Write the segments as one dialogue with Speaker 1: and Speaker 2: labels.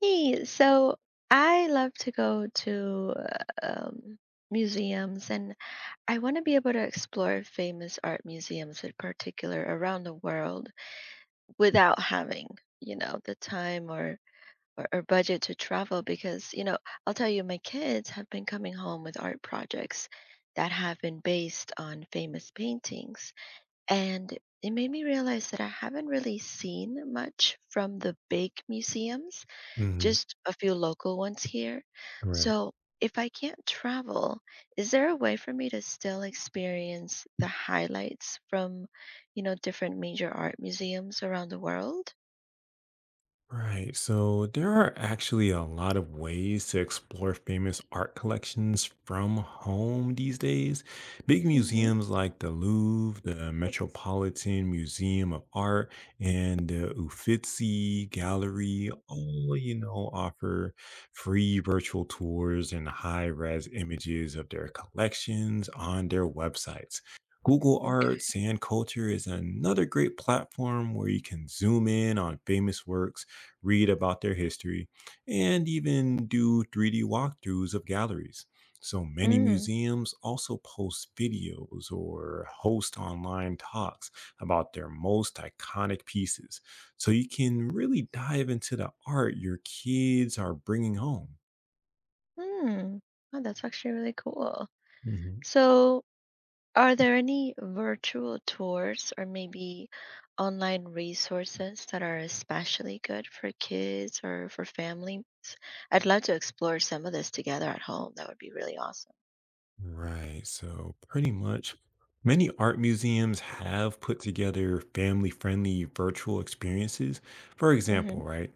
Speaker 1: Hey, so I love to go to um, museums, and I want to be able to explore famous art museums in particular around the world without having, the time or, or budget to travel because, I'll tell you, my kids have been coming home with art projects that have been based on famous paintings. And it made me realize that I haven't really seen much from the big museums,
Speaker 2: Mhm.
Speaker 1: just a few local ones here.
Speaker 2: Right.
Speaker 1: So, if I can't travel, is there a way for me to still experience the highlights from, different major art museums around the world?
Speaker 2: Right. So there are actually a lot of ways to explore famous art collections from home these days. Big
Speaker 1: Mm-hmm.
Speaker 2: museums like the Louvre, the Metropolitan Museum of Art, and the Uffizi Gallery all, you know, offer free virtual tours and high-res images of their collections on their websites. Google
Speaker 1: Okay.
Speaker 2: Arts and Culture is another great platform where you can zoom in on famous works, read about their history, and even do 3D walkthroughs of galleries. So many
Speaker 1: Mm.
Speaker 2: museums also post videos or host online talks about their most iconic pieces. So you can really dive into the art your kids are bringing home.
Speaker 1: Hmm. Oh, that's actually really cool.
Speaker 2: Mhm.
Speaker 1: So, are there any virtual tours or maybe online resources that are especially good for kids or for families? I'd love to explore some of this together at home. That would be really awesome.
Speaker 2: Right. So, pretty much, many art museums have put together family friendly virtual experiences. For
Speaker 1: Mhm,
Speaker 2: example, right,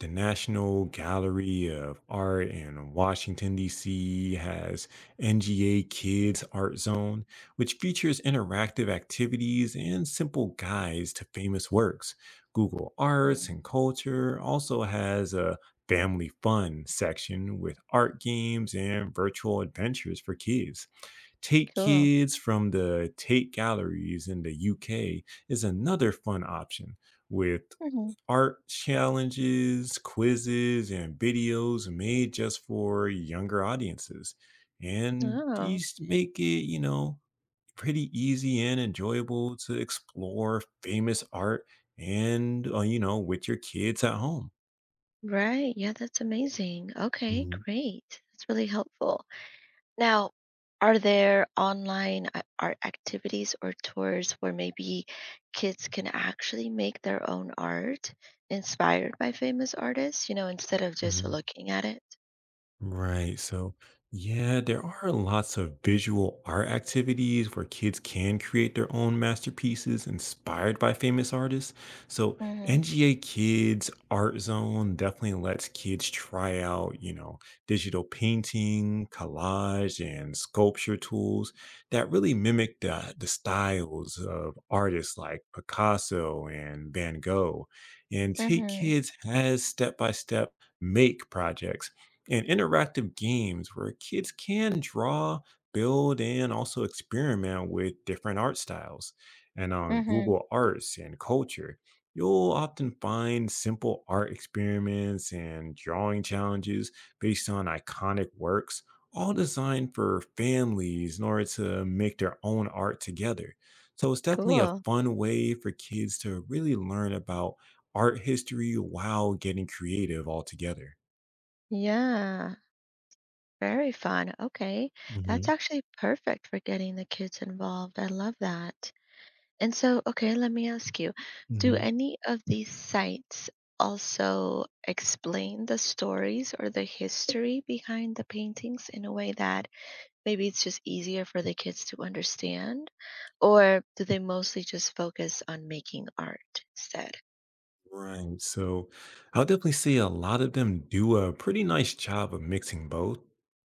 Speaker 2: the National Gallery of Art in Washington, D.C. has NGA Kids Art Zone, which features interactive activities and simple guides to famous works. Google Arts
Speaker 1: mhm.
Speaker 2: and Culture also has a family fun section with art games and virtual adventures for kids. Take
Speaker 1: Cool.
Speaker 2: Kids from the Tate Galleries in the UK is another fun option with
Speaker 1: Mhm.
Speaker 2: art challenges, quizzes, and videos made just for younger audiences. And
Speaker 1: Oh,
Speaker 2: these make it, you know, pretty easy and enjoyable to explore famous art and, you know, with your kids at home.
Speaker 1: right. Yeah, that's amazing. Okay,
Speaker 2: Mhm.
Speaker 1: great. That's really helpful. Now, are there online art activities or tours where maybe kids can actually make their own art inspired by famous artists, instead of just
Speaker 2: Mhm.
Speaker 1: looking at it?
Speaker 2: Right. So, yeah, there are lots of visual art activities where kids can create their own masterpieces inspired by famous artists. So,
Speaker 1: Mhm.
Speaker 2: NGA Kids Art Zone definitely lets kids try out, you know, digital painting, collage, and sculpture tools that really mimic the styles of artists like Picasso and Van Gogh and take
Speaker 1: Mhm.
Speaker 2: kids as step by step make projects and interactive games where kids can draw, build, and also experiment with different art styles. And on
Speaker 1: Mhm.
Speaker 2: Google Arts and Culture, you'll often find simple art experiments and drawing challenges based on iconic works, all designed for families in order to make their own art together. So it's definitely a
Speaker 1: Cool.
Speaker 2: fun way for kids to really learn about art history while getting creative all together.
Speaker 1: Yeah. Very fun. Okay. That's actually perfect for getting the kids involved. I love that. And so, okay, let me ask you, do
Speaker 2: Mhm.
Speaker 1: any of these sites also explain the stories or the history behind the paintings in a way that maybe it's just easier for the kids to understand? Or do they mostly just focus on making art instead?
Speaker 2: Right. So I'll definitely say a lot of them do a pretty nice job of mixing both.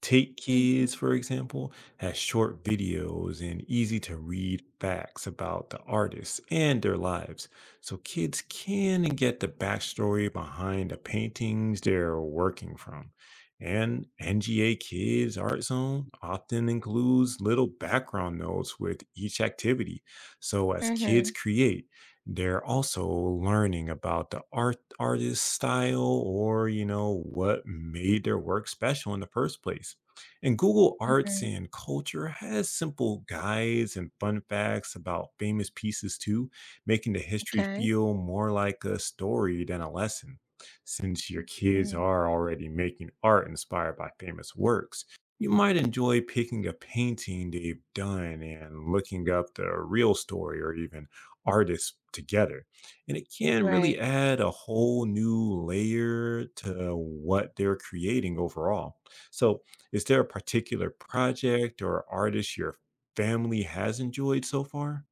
Speaker 2: Take
Speaker 1: Mm-hmm.
Speaker 2: Kids, for example, has short videos and easy to read facts about the artists and their lives. So kids can get the backstory behind the paintings they're working from. And NGA Kids Art Zone often includes little background notes with each activity. So as
Speaker 1: Mm-hmm.
Speaker 2: kids create, they're also learning about the art artist style, or you know what made their work special in the first place. And Google Arts
Speaker 1: Mm-hmm.
Speaker 2: and Culture has simple guides and fun facts about famous pieces too, making the history
Speaker 1: Okay.
Speaker 2: feel more like a story than a lesson. Since your kids
Speaker 1: Mm,
Speaker 2: are already making art inspired by famous works, you might enjoy picking a painting they've done and looking up the real story or even artists together. And it can really
Speaker 1: right.
Speaker 2: add a whole new layer to what they're creating overall. So, is there a particular project or artist your family has enjoyed so far?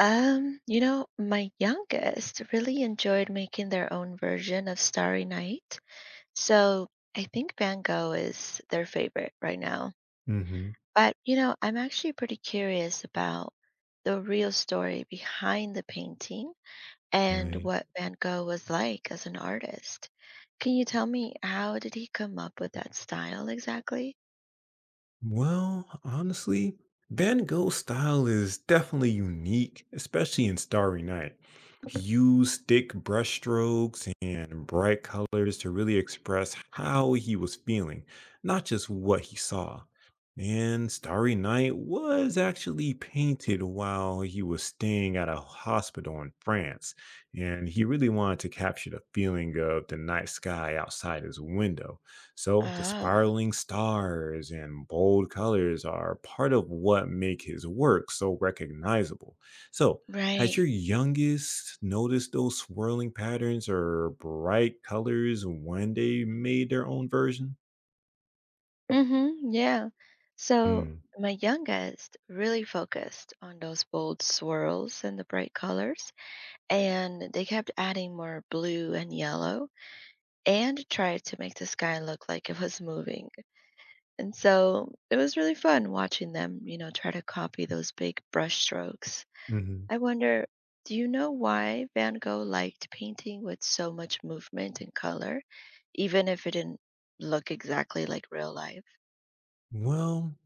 Speaker 1: My youngest really enjoyed making their own version of Starry Night. So I think Van Gogh is their favorite right now.
Speaker 2: Hmm.
Speaker 1: But, I'm actually pretty curious about the real story behind the painting and
Speaker 2: Right.
Speaker 1: what Van Gogh was like as an artist. Can you tell me, how did he come up with that style exactly?
Speaker 2: Well, honestly, Van Gogh's style is definitely unique, especially in Starry Night. He used thick brushstrokes and bright colors to really express how he was feeling, not just what he saw. And Starry Night was actually painted while he was staying at a hospital in France, and he really wanted to capture the feeling of the night sky outside his window. So the
Speaker 1: Oh,
Speaker 2: spiraling stars and bold colors are part of what make his work so recognizable. So has
Speaker 1: right.
Speaker 2: your youngest noticed those swirling patterns or bright colors when they made their own version?
Speaker 1: Mm-hmm. Yeah. So my youngest really focused on those bold swirls and the bright colors, and they kept adding more blue and yellow, and tried to make the sky look like it was moving. And so it was really fun watching them, try to copy those big brush strokes.
Speaker 2: Mm-hmm.
Speaker 1: I wonder, do you know why Van Gogh liked painting with so much movement and color, even if it didn't look exactly like real life?
Speaker 2: Well,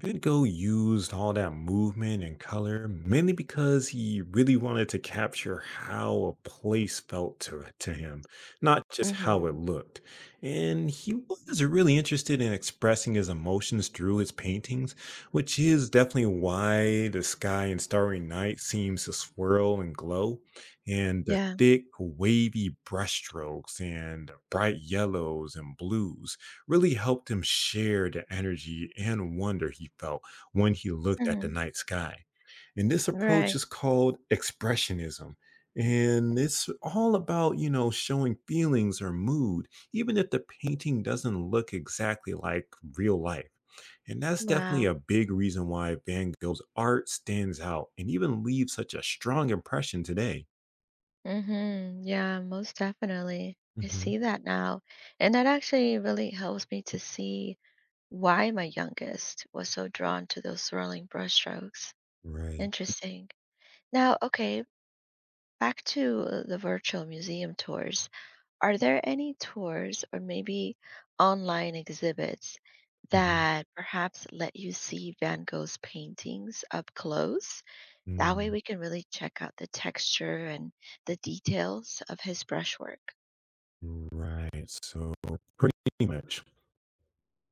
Speaker 2: Goodgo used all that movement and color mainly because he really wanted to capture how a place felt to him, not just how it
Speaker 1: Hmm.
Speaker 2: looked. And he was really interested in expressing his emotions through his paintings, which is definitely why the sky in starry night seems to swirl and glow. And the
Speaker 1: Yeah.
Speaker 2: thick, wavy brushstrokes and the bright yellows and blues really helped him share the energy and wonder he felt when he looked at the
Speaker 1: Hmm.
Speaker 2: night sky. And this approach
Speaker 1: Right.
Speaker 2: is called expressionism. And it's all about, you know, showing feelings or mood, even if the painting doesn't look exactly like real life. And that's definitely
Speaker 1: Wow.
Speaker 2: a big reason why Van Gogh's art stands out and even leaves such a strong impression today.
Speaker 1: Mm-hmm. Yeah, most definitely. I
Speaker 2: Mhm.
Speaker 1: see that now. And that actually really helps me to see why my youngest was so drawn to those swirling brushstrokes.
Speaker 2: Right.
Speaker 1: Interesting. Now, okay, back to the virtual museum tours. Are there any tours or maybe online exhibits
Speaker 2: Mhm.
Speaker 1: that perhaps let you see Van Gogh's paintings up close? That way
Speaker 2: Mm.
Speaker 1: we can really check out the texture and the details of his brushwork.
Speaker 2: Right. So pretty much.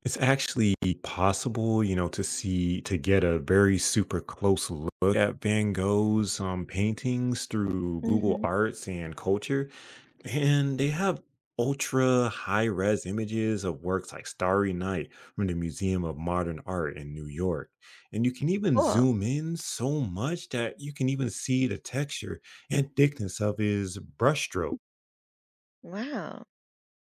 Speaker 2: It's actually possible, you know, to see to get a very super close look at Van Gogh's paintings through Google
Speaker 1: Mm-hmm.
Speaker 2: Arts and Culture, and they have ultra high res images of works like Starry Night from the Museum of Modern Art in New York. And you can even
Speaker 1: Cool.
Speaker 2: zoom in so much that you can even see the texture and thickness of his brushstrokes.
Speaker 1: Wow.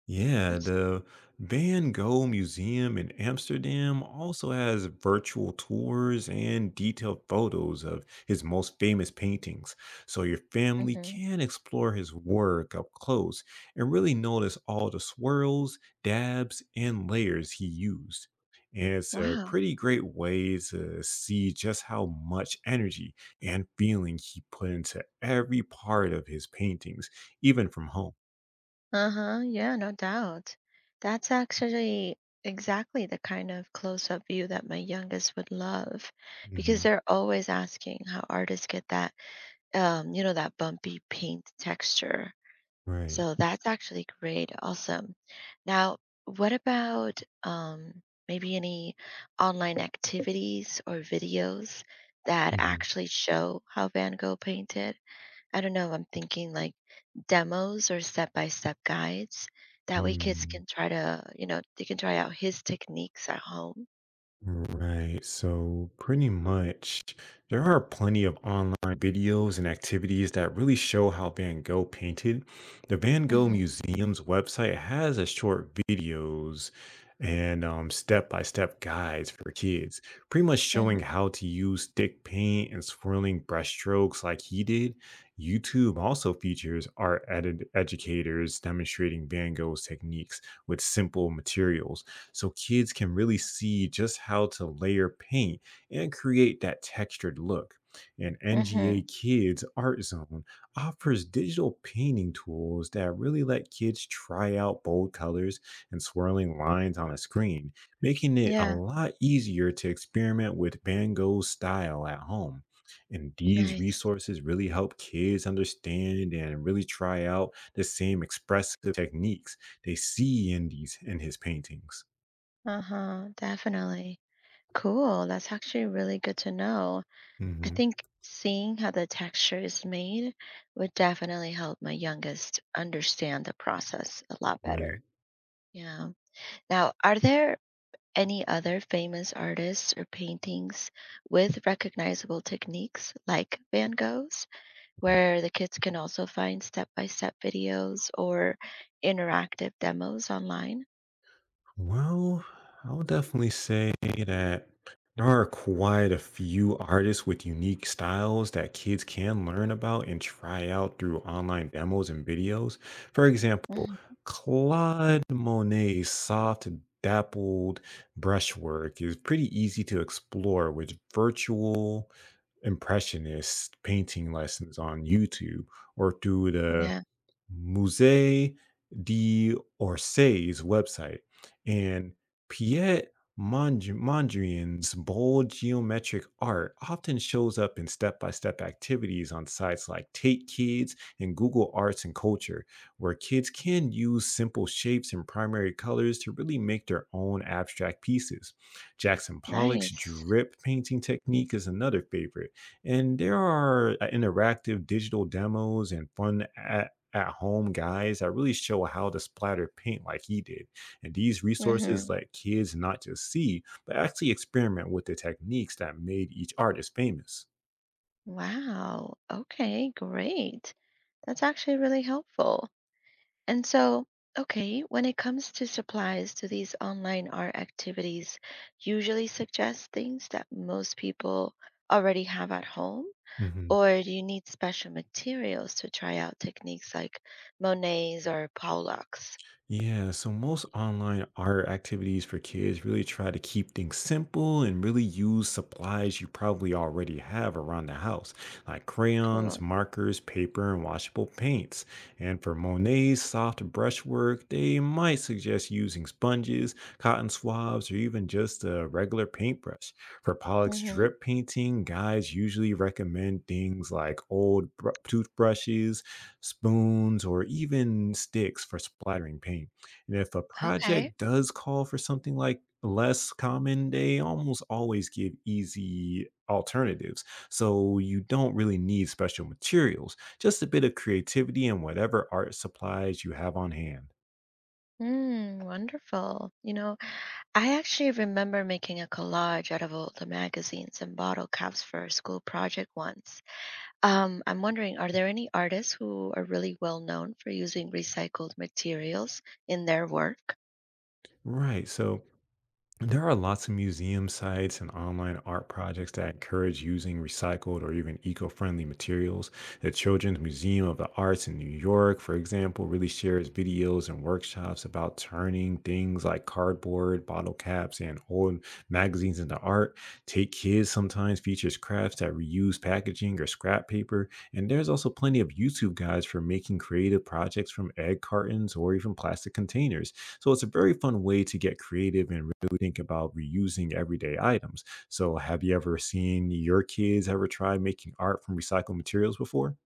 Speaker 2: Yeah,
Speaker 1: That's,
Speaker 2: the Van Gogh Museum in Amsterdam also has virtual tours and detailed photos of his most famous paintings. So your family
Speaker 1: hmm,
Speaker 2: can explore his work up close and really notice all the swirls, dabs, and layers he used. And it's a
Speaker 1: wow.
Speaker 2: pretty great way to see just how much energy and feeling he put into every part of his paintings, even from home.
Speaker 1: Uh-huh. Yeah, no doubt. That's actually exactly the kind of close-up view that my youngest would love, because
Speaker 2: Mhm.
Speaker 1: they're always asking how artists get that bumpy paint texture.
Speaker 2: Right.
Speaker 1: So that's actually great. Awesome. Now, what about maybe any online activities or videos that
Speaker 2: Mhm.
Speaker 1: actually show how Van Gogh painted? I don't know. I'm thinking like demos or step-by-step guides. That way kids
Speaker 2: Mm.
Speaker 1: can try to, you know, they can try out his techniques at home.
Speaker 2: Right. So, pretty much, there are plenty of online videos and activities that really show how Van Gogh painted. The Van Gogh
Speaker 1: Mm-hmm,
Speaker 2: Museum's website has a short videos and step-by-step guides for kids, pretty much showing
Speaker 1: mm-hmm,
Speaker 2: how to use thick paint and swirling brushstrokes like he did. YouTube also features educators demonstrating Van Gogh's techniques with simple materials, so kids can really see just how to layer paint and create that textured look. And
Speaker 1: mm-hmm.
Speaker 2: NGA Kids Art Zone offers digital painting tools that really let kids try out bold colors and swirling lines on a screen, making it a
Speaker 1: Yeah,
Speaker 2: lot easier to experiment with Van Gogh's style at home. And these
Speaker 1: nice.
Speaker 2: resources really help kids understand and really try out the same expressive techniques they see in these in his paintings.
Speaker 1: Uh-huh, definitely. Cool. That's actually really good to know. I
Speaker 2: Mhm.
Speaker 1: think seeing how the texture is made would definitely help my youngest understand the process a lot better.
Speaker 2: Right.
Speaker 1: Yeah. Now, are there any other famous artists or paintings with recognizable techniques like Van Gogh's,
Speaker 2: Mm.
Speaker 1: where the kids can also find step by step videos or interactive demos online?
Speaker 2: Well, I'll definitely say that there are quite a few artists with unique styles that kids can learn about and try out through online demos and videos. For example,
Speaker 1: Mhm.
Speaker 2: Claude Monet's soft, dappled brushwork is pretty easy to explore with virtual impressionist painting lessons on YouTube or through the
Speaker 1: Yeah,
Speaker 2: Musée d'Orsay's website. And Piet Mondrian's bold geometric art often shows up in step by step activities on sites like Take Kids and Google Arts and Culture, where kids can use simple shapes and primary colors to really make their own abstract pieces. Jackson Pollock's
Speaker 1: nice.
Speaker 2: drip painting technique is another favorite, and there are interactive digital demos and fun at home guys that really show how to splatter paint like he did. And these resources
Speaker 1: Hmm.
Speaker 2: let kids not just see, but actually experiment with the techniques that made each artist famous.
Speaker 1: Wow. Okay, great. That's actually really helpful. And so, okay, when it comes to supplies, do these online art activities usually suggest things that most people already have at home?
Speaker 2: Hmm.
Speaker 1: Or do you need special materials to try out techniques like Monet's or Pollock's?
Speaker 2: Yeah, so most online art activities for kids really try to keep things simple and really use supplies you probably already have around the house, like crayons,
Speaker 1: Cool.
Speaker 2: markers, paper, and washable paints. And for Monet's soft brushwork, they might suggest using sponges, cotton swabs, or even just a regular paintbrush. For Pollock's
Speaker 1: Hmm.
Speaker 2: drip painting, guys usually recommend things like toothbrushes, spoons, or even sticks for splattering paint. And if a
Speaker 1: Okay.
Speaker 2: project does call for something like less common, they almost always give easy alternatives. So you don't really need special materials, just a bit of creativity and whatever art supplies you have on hand.
Speaker 1: Mm, wonderful. You know, I actually remember making a collage out of old magazines and bottle caps for a school project once. I'm wondering, are there any artists who are really well known for using recycled materials in their work?
Speaker 2: Right. So there are lots of museum sites and online art projects that encourage using recycled or even eco friendly materials. The Children's Museum of the Arts in New York, for example, really shares videos and workshops about turning things like cardboard, bottle caps, and old magazines into art. Take Kids sometimes features crafts that reuse packaging or scrap paper. And there's also plenty of YouTube guides for making creative projects from egg cartons or even plastic containers. So it's a very fun way to get creative and really think about reusing everyday items. So have you ever seen your kids ever try making art from recycled materials before?